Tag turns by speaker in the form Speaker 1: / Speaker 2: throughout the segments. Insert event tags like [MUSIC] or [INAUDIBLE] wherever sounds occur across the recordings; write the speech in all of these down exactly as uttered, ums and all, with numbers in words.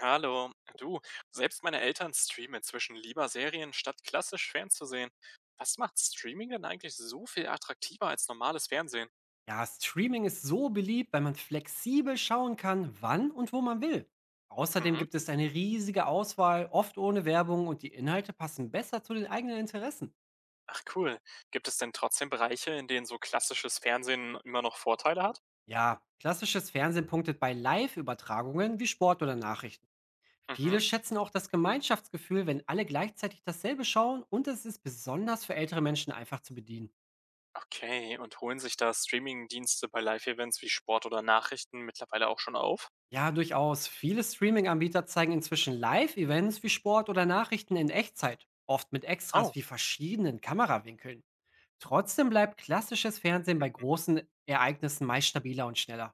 Speaker 1: Hallo, du, selbst meine Eltern streamen inzwischen lieber Serien, statt klassisch fernzusehen. Was macht Streaming denn eigentlich so viel attraktiver als normales Fernsehen?
Speaker 2: Ja, Streaming ist so beliebt, weil man flexibel schauen kann, wann und wo man will. Außerdem
Speaker 1: Mhm.
Speaker 2: gibt es eine riesige Auswahl, oft ohne Werbung und die Inhalte passen besser zu den eigenen Interessen.
Speaker 1: Ach cool. Gibt es denn trotzdem Bereiche, in denen so klassisches Fernsehen immer noch Vorteile hat?
Speaker 2: Ja, klassisches Fernsehen punktet bei Live-Übertragungen wie Sport oder Nachrichten.
Speaker 1: Mhm.
Speaker 2: Viele schätzen auch das Gemeinschaftsgefühl, wenn alle gleichzeitig dasselbe schauen und es ist besonders für ältere Menschen einfach zu bedienen.
Speaker 1: Okay, und holen sich da Streaming-Dienste bei Live-Events wie Sport oder Nachrichten mittlerweile auch schon auf?
Speaker 2: Ja, durchaus. Viele Streaming-Anbieter zeigen inzwischen Live-Events wie Sport oder Nachrichten in Echtzeit, oft mit Extras
Speaker 1: Oh.
Speaker 2: wie verschiedenen Kamerawinkeln. Trotzdem bleibt klassisches Fernsehen bei großen Ereignissen meist stabiler und schneller.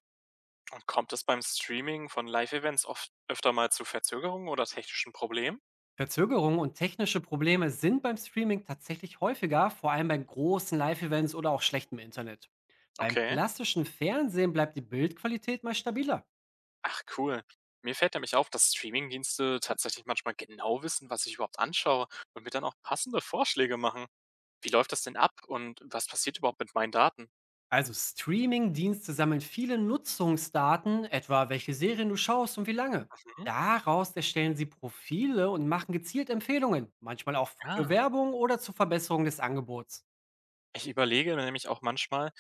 Speaker 1: Und kommt es beim Streaming von Live-Events oft öfter mal zu Verzögerungen oder technischen Problemen?
Speaker 2: Verzögerungen und technische Probleme sind beim Streaming tatsächlich häufiger, vor allem bei großen Live-Events oder auch schlechtem Internet. Beim
Speaker 1: Okay.
Speaker 2: klassischen Fernsehen bleibt die Bildqualität meist stabiler.
Speaker 1: Ach cool. Mir fällt nämlich auf, dass Streamingdienste tatsächlich manchmal genau wissen, was ich überhaupt anschaue und mir dann auch passende Vorschläge machen. Wie läuft das denn ab und was passiert überhaupt mit meinen Daten?
Speaker 2: Also Streaming-Dienste sammeln viele Nutzungsdaten, etwa welche Serien du schaust und wie lange.
Speaker 1: Mhm.
Speaker 2: Daraus erstellen sie Profile und machen gezielt Empfehlungen, manchmal auch für
Speaker 1: Ah.
Speaker 2: Werbung oder zur Verbesserung des Angebots.
Speaker 1: Ich überlege mir nämlich auch manchmal,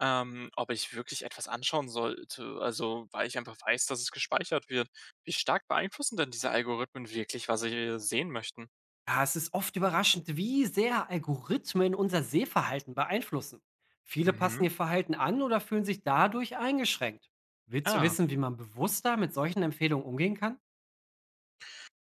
Speaker 1: ähm, ob ich wirklich etwas anschauen sollte, also weil ich einfach weiß, dass es gespeichert wird. Wie stark beeinflussen denn diese Algorithmen wirklich, was sie sehen möchten?
Speaker 2: Ja, es ist oft überraschend, wie sehr Algorithmen unser Sehverhalten beeinflussen. Viele
Speaker 1: Mhm.
Speaker 2: passen ihr Verhalten an oder fühlen sich dadurch eingeschränkt. Willst du
Speaker 1: Ah.
Speaker 2: wissen, wie man bewusster mit solchen Empfehlungen umgehen kann?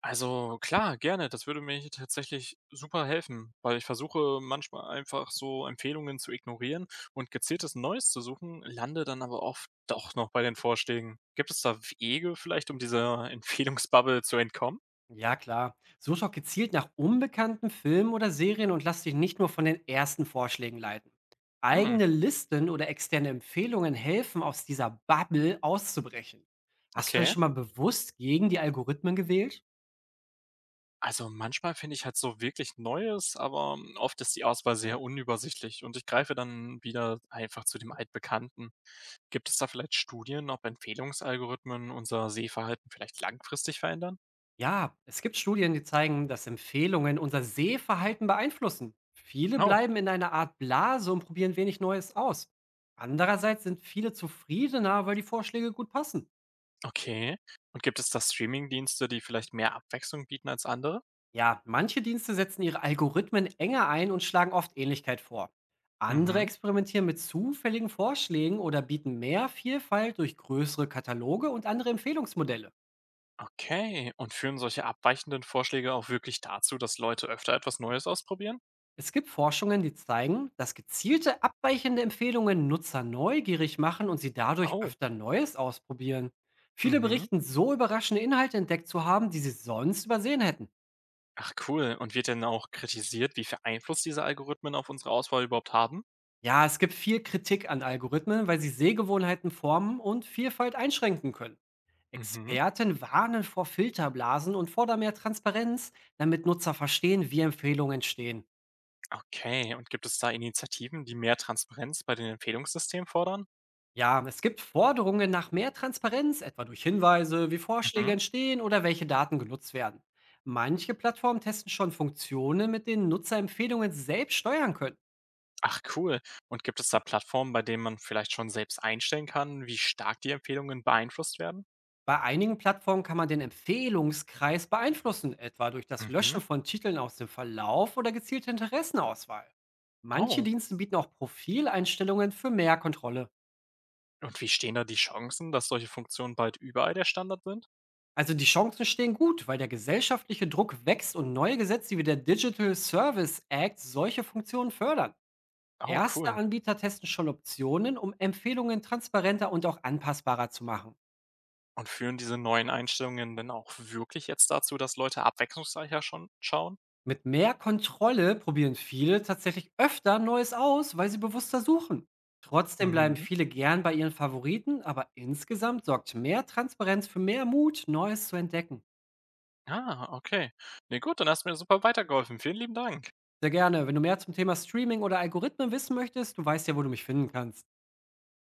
Speaker 1: Also klar, gerne. Das würde mir hier tatsächlich super helfen, weil ich versuche manchmal einfach so Empfehlungen zu ignorieren und gezieltes Neues zu suchen, lande dann aber oft doch noch bei den Vorschlägen. Gibt es da Wege vielleicht, um dieser [LAUGHS] Empfehlungsbubble zu entkommen?
Speaker 2: Ja, klar. Such doch gezielt nach unbekannten Filmen oder Serien und lass dich nicht nur von den ersten Vorschlägen leiten.
Speaker 1: Hm,
Speaker 2: Eigene Listen oder externe Empfehlungen helfen, aus dieser Bubble auszubrechen. Hast du denn
Speaker 1: okay.
Speaker 2: schon mal bewusst gegen die Algorithmen gewählt?
Speaker 1: Also manchmal finde ich halt so wirklich Neues, aber oft ist die Auswahl sehr unübersichtlich und ich greife dann wieder einfach zu dem Altbekannten. Gibt es da vielleicht Studien, ob Empfehlungsalgorithmen unser Sehverhalten vielleicht langfristig verändern?
Speaker 2: Ja, es gibt Studien, die zeigen, dass Empfehlungen unser Sehverhalten beeinflussen. Viele
Speaker 1: Oh,
Speaker 2: bleiben in einer Art Blase und probieren wenig Neues aus. Andererseits sind viele zufriedener, weil die Vorschläge gut passen.
Speaker 1: okay. Und gibt es da Streamingdienste, die vielleicht mehr Abwechslung bieten als andere?
Speaker 2: Ja, manche Dienste setzen ihre Algorithmen enger ein und schlagen oft Ähnlichkeit vor. Andere
Speaker 1: Mhm.
Speaker 2: experimentieren mit zufälligen Vorschlägen oder bieten mehr Vielfalt durch größere Kataloge und andere Empfehlungsmodelle.
Speaker 1: Okay. Und führen solche abweichenden Vorschläge auch wirklich dazu, dass Leute öfter etwas Neues ausprobieren?
Speaker 2: Es gibt Forschungen, die zeigen, dass gezielte abweichende Empfehlungen Nutzer neugierig machen und sie dadurch
Speaker 1: Oh.
Speaker 2: öfter Neues ausprobieren. Viele
Speaker 1: Mhm.
Speaker 2: berichten, so überraschende Inhalte entdeckt zu haben, die sie sonst übersehen hätten.
Speaker 1: Ach cool. Und wird denn auch kritisiert, wie viel Einfluss diese Algorithmen auf unsere Auswahl überhaupt haben?
Speaker 2: Ja, es gibt viel Kritik an Algorithmen, weil sie Sehgewohnheiten formen und Vielfalt einschränken können.
Speaker 1: Mhm.
Speaker 2: Experten warnen vor Filterblasen und fordern mehr Transparenz, damit Nutzer verstehen, wie Empfehlungen entstehen.
Speaker 1: Okay. Und gibt es da Initiativen, die mehr Transparenz bei den Empfehlungssystemen fordern?
Speaker 2: Ja, es gibt Forderungen nach mehr Transparenz, etwa durch Hinweise, wie Vorschläge
Speaker 1: Mhm.
Speaker 2: entstehen oder welche Daten genutzt werden. Manche Plattformen testen schon Funktionen, mit denen Nutzer Empfehlungen selbst steuern können.
Speaker 1: Ach cool. Und gibt es da Plattformen, bei denen man vielleicht schon selbst einstellen kann, wie stark die Empfehlungen beeinflusst werden?
Speaker 2: Bei einigen Plattformen kann man den Empfehlungskreis beeinflussen, etwa durch das
Speaker 1: Mhm.
Speaker 2: Löschen von Titeln aus dem Verlauf oder gezielte Interessenauswahl. Manche
Speaker 1: Oh,
Speaker 2: Dienste bieten auch Profileinstellungen für mehr Kontrolle.
Speaker 1: und wie stehen da die Chancen, dass solche Funktionen bald überall der Standard sind?
Speaker 2: Also die Chancen stehen gut, weil der gesellschaftliche Druck wächst und neue Gesetze wie der Digital Service Act solche Funktionen fördern.
Speaker 1: Oh,
Speaker 2: Erste
Speaker 1: cool.
Speaker 2: Anbieter testen schon Optionen, um Empfehlungen transparenter und auch anpassbarer zu machen.
Speaker 1: Und führen diese neuen Einstellungen denn auch wirklich jetzt dazu, dass Leute abwechslungsreicher schon schauen?
Speaker 2: Mit mehr Kontrolle probieren viele tatsächlich öfter Neues aus, weil sie bewusster suchen. Trotzdem bleiben
Speaker 1: Mhm.
Speaker 2: viele gern bei ihren Favoriten, aber insgesamt sorgt mehr Transparenz für mehr Mut, Neues zu entdecken.
Speaker 1: Ah, okay. Nee, gut, dann hast du mir super weitergeholfen. Vielen lieben Dank.
Speaker 2: Sehr gerne. Wenn du mehr zum Thema Streaming oder Algorithmen wissen möchtest, du weißt ja, wo du mich finden kannst.